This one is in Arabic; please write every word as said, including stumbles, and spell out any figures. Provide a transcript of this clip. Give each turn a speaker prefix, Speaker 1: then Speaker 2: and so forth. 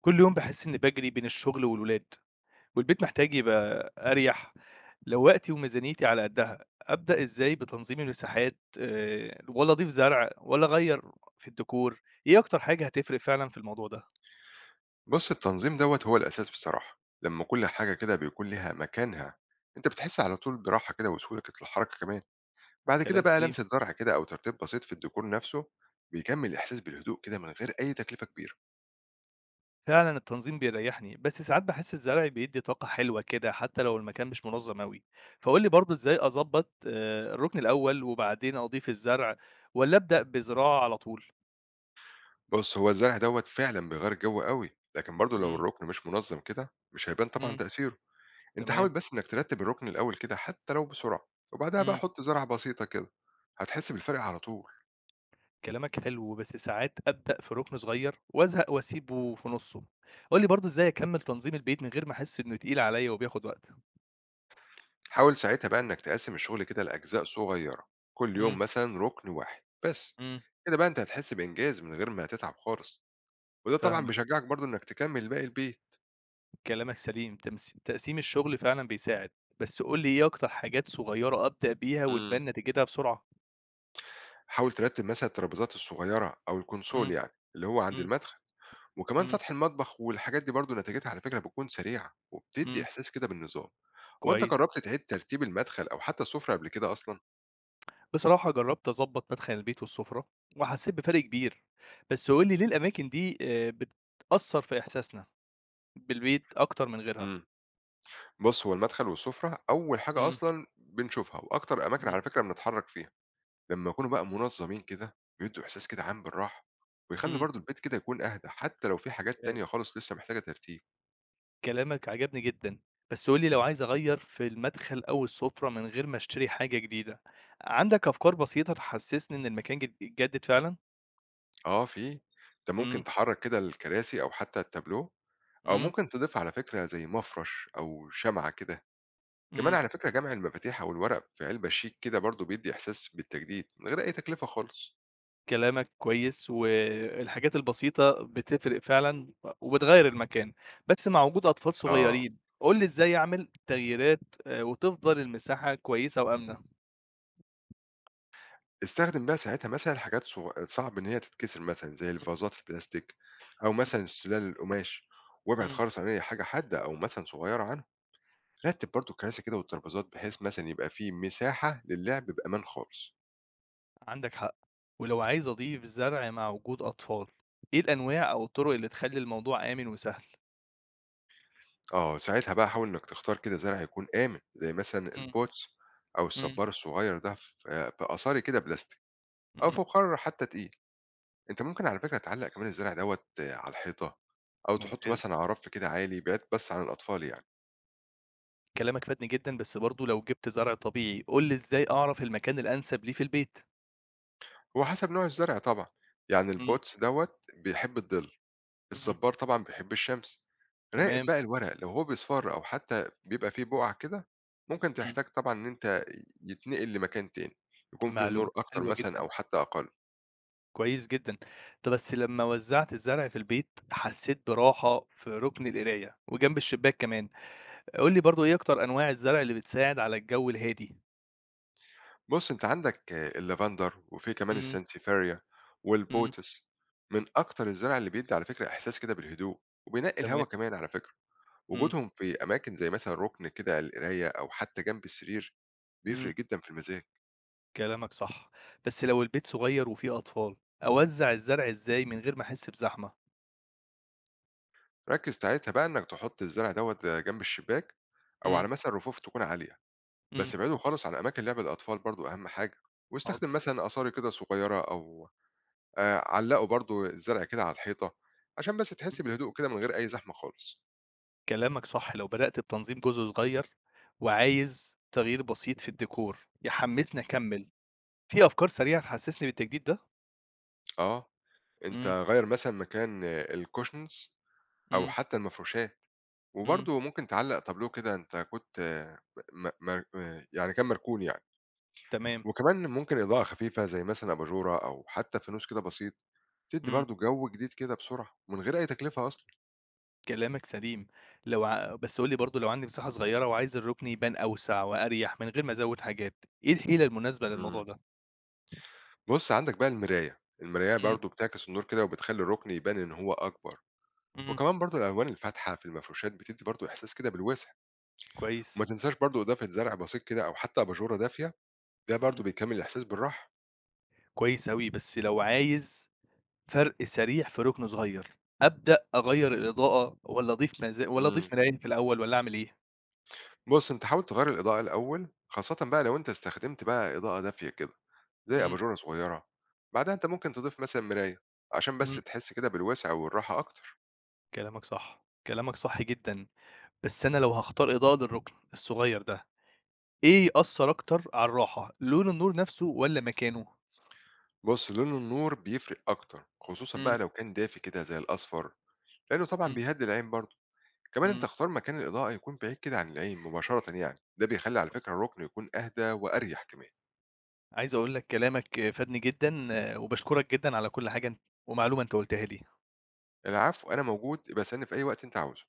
Speaker 1: كل يوم باحس إني باجري بين الشغل والولاد، والبيت محتاج يبقى أريح. لو وقتي وميزانيتي على قدها، أبدأ إزاي بتنظيم المساحات آآ، والّا أضيف زرع والّا أغيّر في الديكور؟ إيه أكتر حاجة هتفرق فعلًا في الموضوع ده؟
Speaker 2: بُص، التنظيم دوّة هو الأساس بصراحة، لمّا كل حاجة كده بيكون ليها مكانها، أنت بتحس على طول براحة كده وسهولة الحركة كمان، بعد كده
Speaker 1: كلام
Speaker 2: بقى
Speaker 1: سليم.
Speaker 2: لمسة زرع كده أو ترتيب بسيط في الديكور نفسه، بيكمّل الإحساس بالهدوء كده من غير أي تكلفة كبيرة.
Speaker 1: فعلًا التنظيم بيريحني، بس ساعات باحس الزرع بيدّي طاقة حلوة كده حتى لو المكان مش منظم أوي. فقُل لي برضه إزاي أضبّط آآ، الركن الأول وبعدين أضيف الزرع والّا أبدأ بزراعة على طول؟
Speaker 2: بُص، هو الزرع دوّة فعلًا بيغيّر الجو أوي، لكن برضه لو
Speaker 1: إمم،
Speaker 2: الرُكن مش منظم كده، مش هيبان طبعًا
Speaker 1: إمم،
Speaker 2: تأثيره. أنت حاول
Speaker 1: تمام،
Speaker 2: بس إنك ترتب الرُكن الأول كده حتى لو بسرعة، وبعدها بقى
Speaker 1: إمم.
Speaker 2: حُط زرعة بسيطة كده، هتحس بالفرق على طول.
Speaker 1: كلامك حلو، بس ساعات أبدأ في رُكن صغير وأزهق وأسيبه في نُصّه. قُل لي برضه إزاي أكمّل تنظيم البيت من غير ما أحس إنه تقيل عليّا وبياخد وقت؟
Speaker 2: حاول ساعتها بقى انك تقسم الشغل كده لاجزاء صغيره، كل
Speaker 1: إمم،
Speaker 2: يوم مثلا ركن واحد بس،
Speaker 1: إمم،
Speaker 2: كده بقى انت هتحس بانجاز من غير ما تتعب خالص، وده طبعا
Speaker 1: فاهمك،
Speaker 2: بيشجعك برضو انك تكمل باقي البيت.
Speaker 1: كلامك سليم، تمس تقسيم الشغل فعلًا بيساعد، بس قُل لي إيه أكتر حاجات صغيرة أبدأ بيها
Speaker 2: امم
Speaker 1: وتبان نتيجتها بسرعة؟
Speaker 2: حاول ترتب مثلا الترابيزات الصغيره او الكونسول،
Speaker 1: إمم،
Speaker 2: يعني اللي هو عند
Speaker 1: إمم،
Speaker 2: المدخل، وكمان
Speaker 1: إمم،
Speaker 2: سطح المطبخ والحاجات دي، برضو نتيجتها على فكره بتكون سريعه وبتدي
Speaker 1: إمم،
Speaker 2: احساس كده بالنظام. هو انت
Speaker 1: كويس.
Speaker 2: جربت تعيد ترتيب المدخل او حتى السفره قبل كده اصلا؟
Speaker 1: بصراحة جرّبت أضبّط مدخل البيت والسفرة وحسّيت بفرق كبير، بس قُل لي ليه الأماكن دي آآ بتأثّر في إحساسنا بالبيت أكتر من غيرها؟
Speaker 2: امم بص، هو المدخل والسفره اول حاجه
Speaker 1: إمم،
Speaker 2: اصلا بنشوفها، واكتر اماكن
Speaker 1: إمم.
Speaker 2: على فكره بنتحرك فيها. لمّا يكونوا بقى منظمين كده، بيدّوا إحساس كده عام بالراحة، ويخلّوا
Speaker 1: إمم،
Speaker 2: برضه البيت كده يكون أهدى، حتى لو في حاجات
Speaker 1: تمام،
Speaker 2: تانية خالص لسه محتاجة ترتيب.
Speaker 1: كلامك عجبني جدًا، بس قُل لي لو عايز أغيّر في المدخل أو السفرة من غير ما أشتري حاجة جديدة، عندك أفكار بسيطة تحسسني إن المكان جد اتجدد فعلًا؟
Speaker 2: آه في، أنت
Speaker 1: إمم،
Speaker 2: ممكن تحرّك كده الكراسي أو حتى التابلوه، أو
Speaker 1: إمم،
Speaker 2: ممكن تضيف على فكرة زي مفرش أو شمعة كده. كمان
Speaker 1: إمم،
Speaker 2: على فكرة جمع المفاتيح أو الورق في علبة شيك كده برضه بيدّي إحساس بالتجديد من غير أي تكلفة خالص.
Speaker 1: كلامك كويس، والحاجات البسيطة بتفرق فعلًا وبتغيّر المكان، بس مع وجود أطفال
Speaker 2: آه،
Speaker 1: صغيرين، قُل لي إزاي أعمل تغييرات آآ وتفضل المساحة كويسة وآمنة؟
Speaker 2: استخدم بقى ساعتها مثلًا حاجات صغ صعب إن هي تتكسر، مثلًا زي
Speaker 1: إمم،
Speaker 2: الفازات البلاستيك، أو
Speaker 1: إمم،
Speaker 2: مثلًا السلال القماش، وابعد
Speaker 1: إمم.
Speaker 2: خالص عن أي حاجة حادة أو مثلًا صغيرة عنهم. رتب برضو الكراسي كده والترابيزات بحيث مثلا يبقى فيه مساحة للعب بأمان خالص.
Speaker 1: عندك حق، ولو عايز أضيف زرع مع وجود أطفال، إيه الأنواع أو الطرق اللي تخلي الموضوع آمن وسهل؟
Speaker 2: اه ساعتها بقى حاول انك تختار كده زرع يكون آمن، زي مثلا
Speaker 1: مم.
Speaker 2: البوتس او
Speaker 1: مم.
Speaker 2: الصبار الصغير ده، في في قصاري كده بلاستيك او
Speaker 1: مم.
Speaker 2: فخار حتى تقيل. انت ممكن على فكرة تعلق كمان الزرع دوت آه، على الحيطة، او تحطه مثلا
Speaker 1: ممتاز،
Speaker 2: على رف كده عالي، بعيد بس عن الاطفال يعني.
Speaker 1: كلامك فادني جدا، بس برضو لو جبت زرع طبيعي قول لي إزاي أعرف المكان الأنسب ليه في البيت؟
Speaker 2: هو حسب نوع الزرع طبعا، يعني
Speaker 1: مم.
Speaker 2: البوتس دوت بيحب الظل،
Speaker 1: مم.
Speaker 2: الصبّار طبعًا بيحب الشمس، راقب
Speaker 1: تمام.
Speaker 2: بقى الورق لو هو بيصفر أو حتى بيبقى فيه بُقع كده، ممكن
Speaker 1: مم.
Speaker 2: تحتاج طبعًا إن أنت يتنقل لمكان تاني، يكون فيه
Speaker 1: معلومة
Speaker 2: نور أكتر
Speaker 1: حلوة
Speaker 2: مثلًا
Speaker 1: جدا.
Speaker 2: أو حتى أقل.
Speaker 1: كويس جدا. طب بس لما وزعت الزرع في البيت حسيت براحة في ركن القراية وجنب الشباك كمان، قول لي برضو إيه أكتر أنواع الزرع اللي بتساعد على الجو الهادي؟
Speaker 2: بُص أنت عندك آه، اللافندر وفي كمان
Speaker 1: مم.
Speaker 2: السانسيفيريا
Speaker 1: مم.
Speaker 2: والبوتس، من أكتر الزرع اللي بيدّي على فكرة إحساس كده بالهدوء، وبينقّي
Speaker 1: تمام.
Speaker 2: الهوا كمان على فكرة.
Speaker 1: مم.
Speaker 2: وجودهم في أماكن زي مثلًا رُكن كده على القراية أو حتى جنب السرير
Speaker 1: إمم،
Speaker 2: بيفرق جدًا في المزاج.
Speaker 1: كلامك صح، بس لو البيت صغير وفيه أطفال، أوزّع الزرع إزاي من غير ما أحس بزحمة؟
Speaker 2: ركّز ساعتها بقى إنّك تحُط الزرع دوّة جنب الشباك أو
Speaker 1: إمم،
Speaker 2: على مثلًا رفوف تكون عالية،
Speaker 1: إمم،
Speaker 2: بس ابعده خالص عن أماكن لعب الأطفال برضه أهَم حاجة،
Speaker 1: حاضر،
Speaker 2: واستخدم مثلًا أصاري كده صغيّرة، أو آآ علّقه برضه الزرع كده على الحيطة، عشان بس
Speaker 1: إمم،
Speaker 2: تحس بالهدوء كده من غير أي زحمة خالص.
Speaker 1: كلامك صح، لو بدأت بتنظيم جزء صغير وعايز تغيير بسيط في الديكور يحمّسني أكمّل، في أفكار سريعة تحسّسني بالتجديد ده؟
Speaker 2: آه، أنت
Speaker 1: إمم،
Speaker 2: غيّر مثلًا مكان الcushions أو
Speaker 1: إمم،
Speaker 2: حتّى المفروشات،
Speaker 1: إمم،
Speaker 2: وبرضه ممكن تعلّق تابلوه كده أنت كنت آه، م م آه، يعني كان مركون يعني،
Speaker 1: تمام،
Speaker 2: وكمان ممكن إضاءة خفيفة زي مثلًا أباجورة أو حتّى فانوس كده بسيط، بتدّي
Speaker 1: إمم،
Speaker 2: برضه جو جديد كده بسرعة، من غير أي تكلفة أصلًا.
Speaker 1: كلامك سليم، لو ع بس قُل لي برضه لو عندي مساحة صغيرة وعايز الركن يبان أوسع وأريح من غير ما أزوّد حاجات، إيه الحيلة المناسبة للموضوع
Speaker 2: إمم.
Speaker 1: ده؟
Speaker 2: بُص عندك بقى المراية، المراية
Speaker 1: إمم،
Speaker 2: برضه بتعكس النور كده وبتخلّي الركن يبان إن هو أكبر،
Speaker 1: إمم،
Speaker 2: وكمان برضه الألوان الفاتحة في المفروشات بتدّي برضه إحساس كده بالوسع،
Speaker 1: كويس،
Speaker 2: وما تنساش برضه إضافة زرع بسيط كده أو حتى أباجورة دافية، ده
Speaker 1: إمم.
Speaker 2: برضه بيكمّل الإحساس بالراحة.
Speaker 1: كويس أوي، بس لو عايز فرْق سريع في رُكن صغير، أبدأ أغيّر الإضاءة والّا أضيف مزا والّا
Speaker 2: إمم.
Speaker 1: أضيف مرايات في الأول والّا أعمل إيه؟
Speaker 2: بُص أنت حاول تغيّر الإضاءة الأول، خاصةً بقى لو أنت استخدمت بقى إضاءة دافية كده، زي
Speaker 1: إمم،
Speaker 2: أباجورة صغيرة، بعدها أنت ممكن تضيف مثلًا مراية، عشان بس
Speaker 1: إمم،
Speaker 2: تحس كده بالوسع والراحة أكتر.
Speaker 1: كلامك صح، كلامك صح جدًا، بس أنا لو هاختار إضاءة للرُكن الصغير ده، إيه يأثّر أكتر على الراحة، لون النور نَفْسه والّا مكانه؟
Speaker 2: بُص، لون النور بيفرق أكتر، خصوصًا
Speaker 1: إمم،
Speaker 2: بقى لو كان دافي كده زي الأصفر، لأنه طبعًا
Speaker 1: إمم،
Speaker 2: بيهدّي العين برضه. كمان أنت
Speaker 1: إمم،
Speaker 2: اختار مكان الإضاءة يكون بعيد كده عن العين مباشرةً يعني، ده بيخلّي على فكرة الركن يكون أهدى وأريح كمان.
Speaker 1: عايز أقول لك كلامك فادني جدًا وباشكرك جدًا على كل حاجة أن ومعلومة أنت قُلتها لي.
Speaker 2: العفو، أنا موجود، ابقى اسألني في أي وقت أنت عاوزه.